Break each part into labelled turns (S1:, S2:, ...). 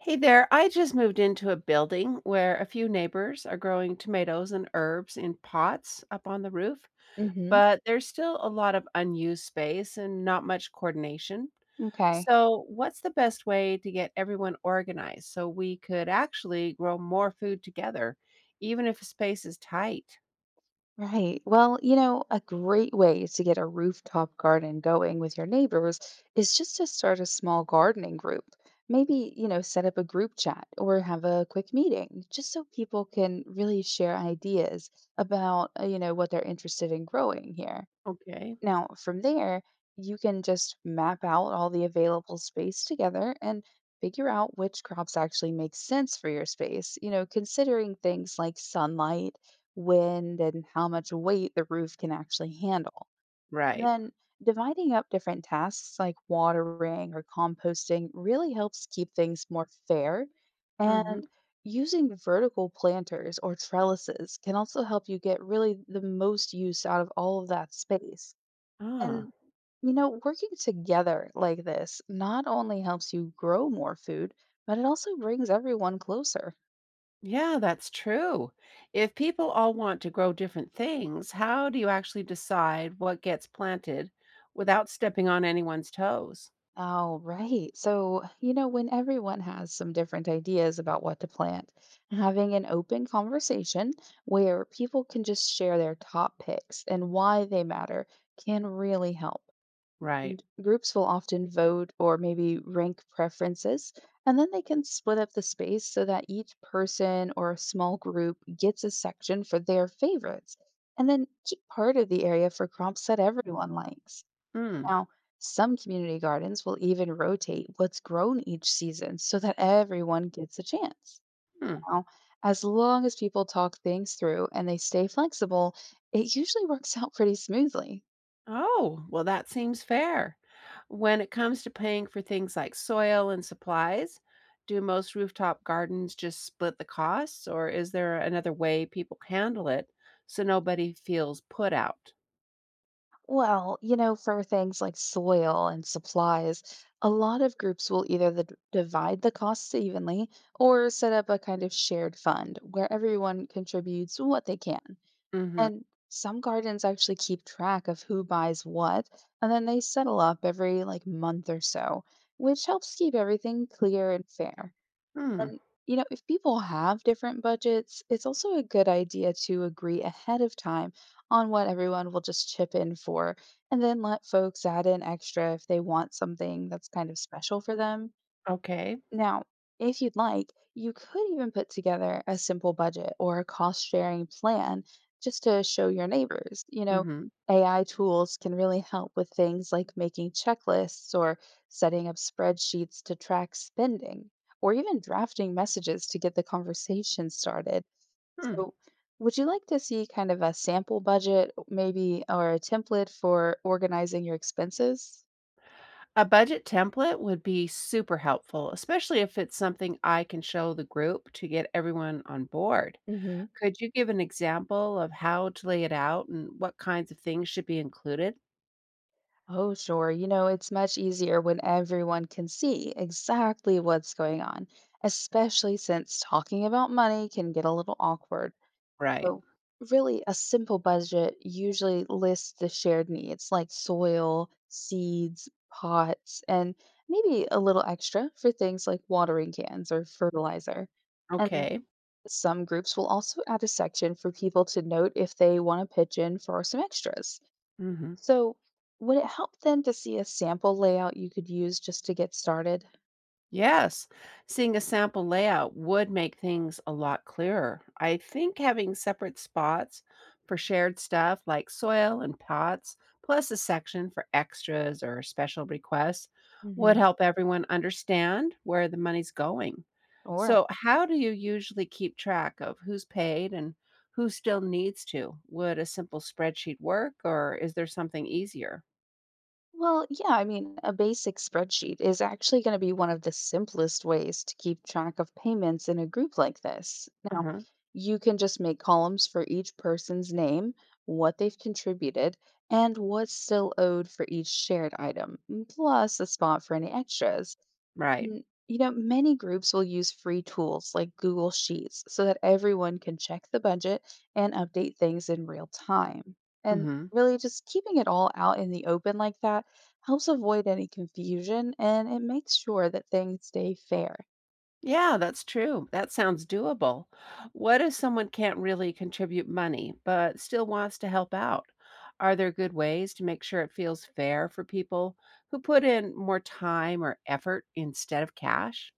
S1: Hey there, I just moved into a building where a few neighbors are growing tomatoes and herbs in pots up on the roof,
S2: hmm
S1: but there's still a lot of unused space and not much coordination.
S2: Okay.
S1: So, what's the best way to get everyone organized so we could actually grow more food together, even if a space is tight?
S2: Right. Well, you know, a great way to get a rooftop garden going with your neighbors is just to start a small gardening group. Maybe, you know, set up a group chat or have a quick meeting just so people can really share ideas about, you know, what they're interested in growing here.
S1: Okay.
S2: Now, from there, you can just map out all the available space together and figure out which crops actually make sense for your space, you know, considering things like sunlight, wind, and how much weight the roof can actually handle. And
S1: Right.
S2: then dividing up different tasks like watering or composting really helps keep things more fair.
S1: Mm-hmm.
S2: And using vertical planters or trellises can also help you get really the most use out of all of that space.
S1: Ah.
S2: And, you know, working together like this not only helps you grow more food, but it also brings everyone closer.
S1: Yeah, that's true. If people all want to grow different things, how do you actually decide what gets planted without stepping on anyone's toes?
S2: Oh, right. So, you know, when everyone has some different ideas about what to plant, having an open conversation where people can just share their top picks and why they matter can really help.
S1: Right.
S2: And groups will often vote or maybe rank preferences, and then they can split up the space so that each person or a small group gets a section for their favorites, and then keep part of the area for crops that everyone likes.
S1: Hmm.
S2: Now, some community gardens will even rotate what's grown each season so that everyone gets a chance.
S1: Hmm.
S2: Now, as long as people talk things through and they stay flexible, it usually works out pretty smoothly.
S1: Oh, well, that seems fair. When it comes to paying for things like soil and supplies, do most rooftop gardens just split the costs, or is there another way people handle it so nobody feels put out?
S2: Well, you know, for things like soil and supplies, a lot of groups will either divide the costs evenly or set up a kind of shared fund where everyone contributes what they can.
S1: Mm-hmm.
S2: And some gardens actually keep track of who buys what, and then they settle up every like month or so, which helps keep everything clear and fair.
S1: Hmm.
S2: And, you know, if people have different budgets, it's also a good idea to agree ahead of time on what everyone will just chip in for, and then let folks add in extra if they want something that's kind of special for them.
S1: Okay.
S2: Now, if you'd like, you could even put together a simple budget or a cost sharing plan just to show your neighbors. You know,
S1: Mm-hmm.
S2: AI tools can really help with things like making checklists or setting up spreadsheets to track spending or even drafting messages to get the conversation started.
S1: Hmm.
S2: So, would you like to see kind of a sample budget, maybe, or a template for organizing your expenses?
S1: A budget template would be super helpful, especially if it's something I can show the group to get everyone on board.
S2: hmm
S1: Could you give an example of how to lay it out and what kinds of things should be included?
S2: Oh, sure. You know, it's much easier when everyone can see exactly what's going on, especially since talking about money can get a little awkward.
S1: Right.
S2: So, really, a simple budget usually lists the shared needs like soil, seeds, pots, and maybe a little extra for things like watering cans or fertilizer. And
S1: Okay.
S2: some groups will also add a section for people to note if they want to pitch in for some extras.
S1: Mhm.
S2: So, would it help then to see a sample layout you could use just to get started?
S1: Yes, seeing a sample layout would make things a lot clearer. I think having separate spots for shared stuff like soil and pots, plus a section for extras or special requests, would
S2: hmm
S1: help everyone understand where the money's going.
S2: Or,
S1: So, how do you usually keep track of who's paid and who still needs to? Would a simple spreadsheet work, or is there something easier?
S2: well, yeah, I mean, a basic spreadsheet is actually going to be one of the simplest ways to keep track of payments in a group like this.
S1: Uh
S2: Now,
S1: huh.
S2: you can just make columns for each person's name, what they've contributed, and what's still owed for each shared item, plus a spot for any extras.
S1: Right.
S2: Mm, you know, many groups will use free tools like Google Sheets so that everyone can check the budget and update things in real time.
S1: Mm
S2: And
S1: hmm.
S2: really, just keeping it all out in the open like that helps avoid any confusion and it makes sure that things stay fair.
S1: Yeah, that's true. That sounds doable. What if someone can't really contribute money but still wants to help out? Are there good ways to make sure it feels fair for people who put in more time or effort instead of cash?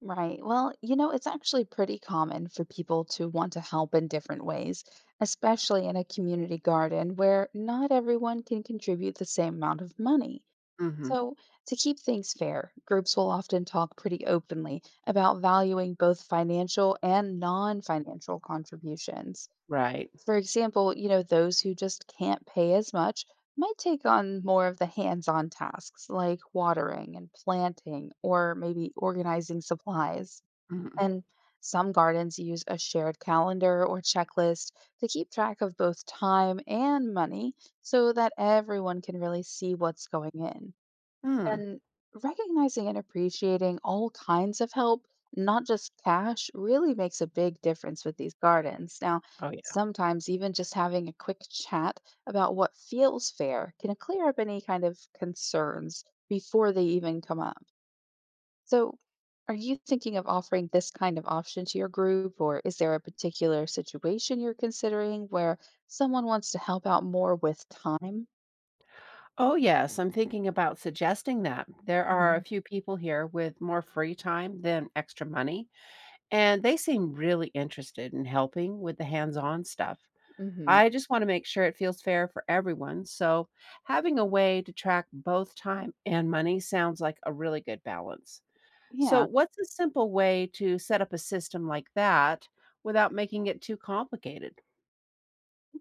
S2: Right. Well, you know, it's actually pretty common for people to want to help in different ways, especially in a community garden where not everyone can contribute the same amount of money.
S1: Hmm.
S2: So, to keep things fair, groups will often talk pretty openly about valuing both financial and non financial contributions.
S1: Right.
S2: For example, you know, those who just can't pay as much might take on more of the hands on tasks like watering and planting or maybe organizing supplies.
S1: Mm-hmm.
S2: And some gardens use a shared calendar or checklist to keep track of both time and money so that everyone can really see what's going in.
S1: Hmm. Mm.
S2: And recognizing and appreciating all kinds of help, not just cash, really makes a big difference with these gardens. Now,
S1: Oh, yeah.
S2: sometimes even just having a quick chat about what feels fair can clear up any kind of concerns before they even come up. So, are you thinking of offering this kind of option to your group, or is there a particular situation you're considering where someone wants to help out more with time?
S1: Oh, yes. I'm thinking about suggesting that. There are a few people here with more free time than extra money, and they seem really interested in helping with the hands on stuff.
S2: Mm-hmm.
S1: I just want to make sure it feels fair for everyone. So, having a way to track both time and money sounds like a really good balance. So,
S2: Yeah.
S1: what's a simple way to set up a system like that without making it too complicated?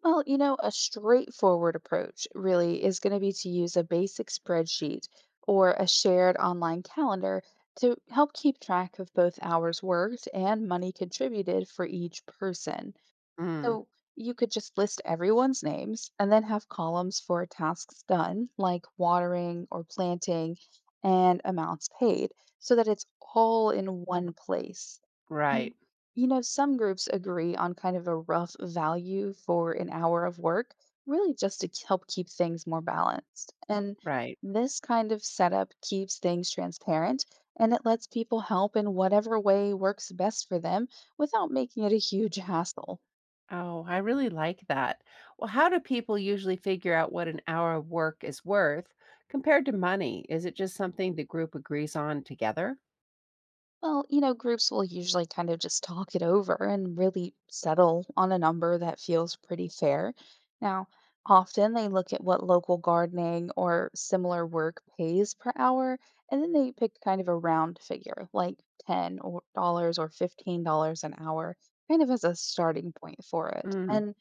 S2: Well, you know, a straightforward approach really is going to be to use a basic spreadsheet or a shared online calendar to help keep track of both hours worked and money contributed for each person.
S1: Mm,
S2: So you could just list everyone's names and then have columns for tasks done, like watering or planting, and amounts paid, so that it's all in one place. And,
S1: right,
S2: you know, some groups agree on kind of a rough value for an hour of work, really just to help keep things more balanced. And
S1: right.
S2: this kind of setup keeps things transparent and it lets people help in whatever way works best for them without making it a huge hassle.
S1: Oh, I really like that. Well, how do people usually figure out what an hour of work is worth compared to money? Is it just something the group agrees on together?
S2: Well, you know, groups will usually kind of just talk it over and really settle on a number that feels pretty fair. Now, often they look at what local gardening or similar work pays per hour, and then they pick kind of a round figure, like $10 or $15 an hour, kind of as a starting point for it.
S1: Mm,
S2: And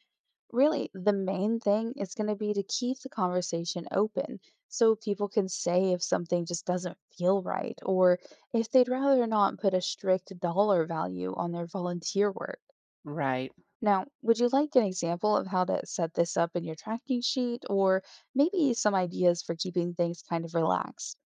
S2: really, the main thing is going to be to keep the conversation open so people can say if something just doesn't feel right or if they'd rather not put a strict dollar value on their volunteer work.
S1: right.
S2: Now, would you like an example of how to set this up in your tracking sheet or maybe some ideas for keeping things kind of relaxed?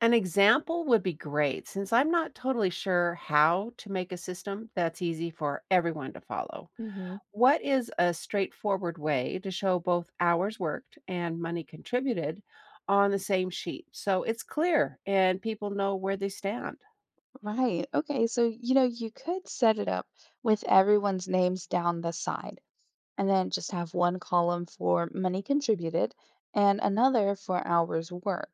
S1: An example would be great since I'm not totally sure how to make a system that's easy for everyone to follow.
S2: hmm
S1: What is a straightforward way to show both hours worked and money contributed on the same sheet so it's clear and people know where they stand?
S2: Right. Okay. So, you know, you could set it up with everyone's names down the side, and then just have one column for money contributed and another for hours worked.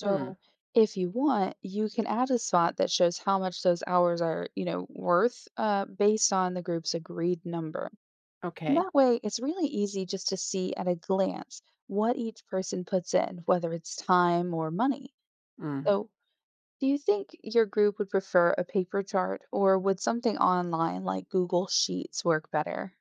S1: Hmm.
S2: if you want, you can add a spot that shows how much those hours are, you know, worth based on the group's agreed number.
S1: Okay.
S2: That way, it's really easy just to see at a glance what each person puts in, whether it's time or money.
S1: Mm.
S2: So, do you think your group would prefer a paper chart or would something online like Google Sheets work better?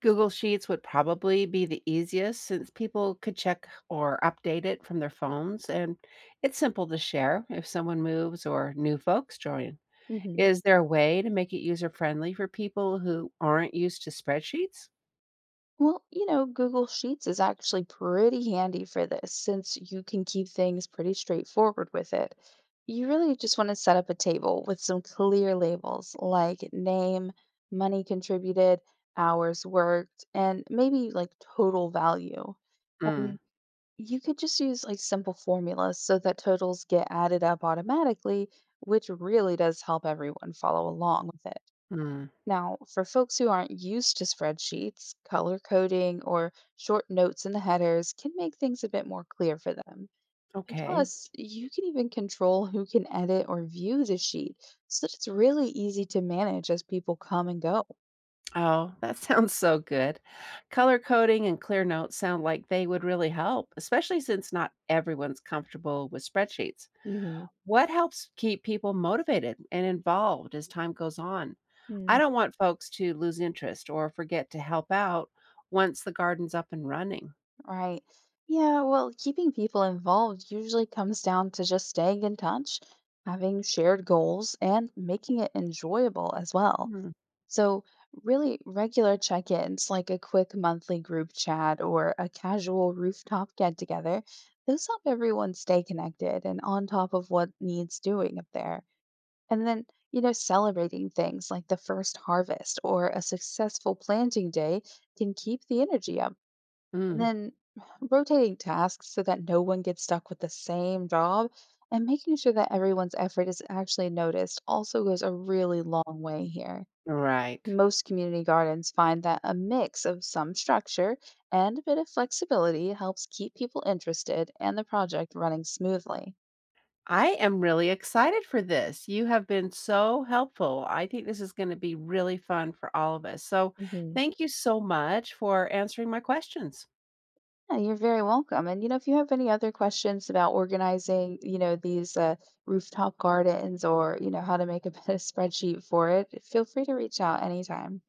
S1: Google Sheets would probably be the easiest since people could check or update it from their phones, and it's simple to share if someone moves or new folks join.
S2: hmm
S1: Is there a way to make it user friendly for people who aren't used to spreadsheets?
S2: Well, you know, Google Sheets is actually pretty handy for this since you can keep things pretty straightforward with it. You really just want to set up a table with some clear labels like name, money contributed, hours worked, and maybe like total value. And
S1: Mm,
S2: you could just use like simple formulas so that totals get added up automatically, which really does help everyone follow along with it.
S1: mm,
S2: Now, for folks who aren't used to spreadsheets, color coding or short notes in the headers can make things a bit more clear for them. And
S1: okay.
S2: plus, you can even control who can edit or view the sheet so that it's really easy to manage as people come and go.
S1: Oh, that sounds so good. Color coding and clear notes sound like they would really help, especially since not everyone's comfortable with spreadsheets.
S2: Mhm.
S1: What helps keep people motivated and involved as time goes on? I
S2: mm
S1: don't want folks to lose interest or forget to help out once the garden's up and running.
S2: Right. Yeah, well, keeping people involved usually comes down to just staying in touch, having shared goals, and making it enjoyable as well.
S1: Mm,
S2: So, really, regular check ins like a quick monthly group chat or a casual rooftop get together, those help everyone stay connected and on top of what needs doing up there. And then, you know, celebrating things like the first harvest or a successful planting day can keep the energy up. And
S1: mm,
S2: then, rotating tasks so that no one gets stuck with the same job and making sure that everyone's effort is actually noticed also goes a really long way here.
S1: right.
S2: Most community gardens find that a mix of some structure and a bit of flexibility helps keep people interested and the project running smoothly.
S1: I am really excited for this. You have been so helpful. I think this is going to be really fun for all of us. So,
S2: hmm
S1: thank you so much for answering my questions.
S2: Yeah, you're very welcome. And you know, if you have any other questions about organizing, you know, these rooftop gardens or you know how to make a better spreadsheet for it, feel free to reach out anytime.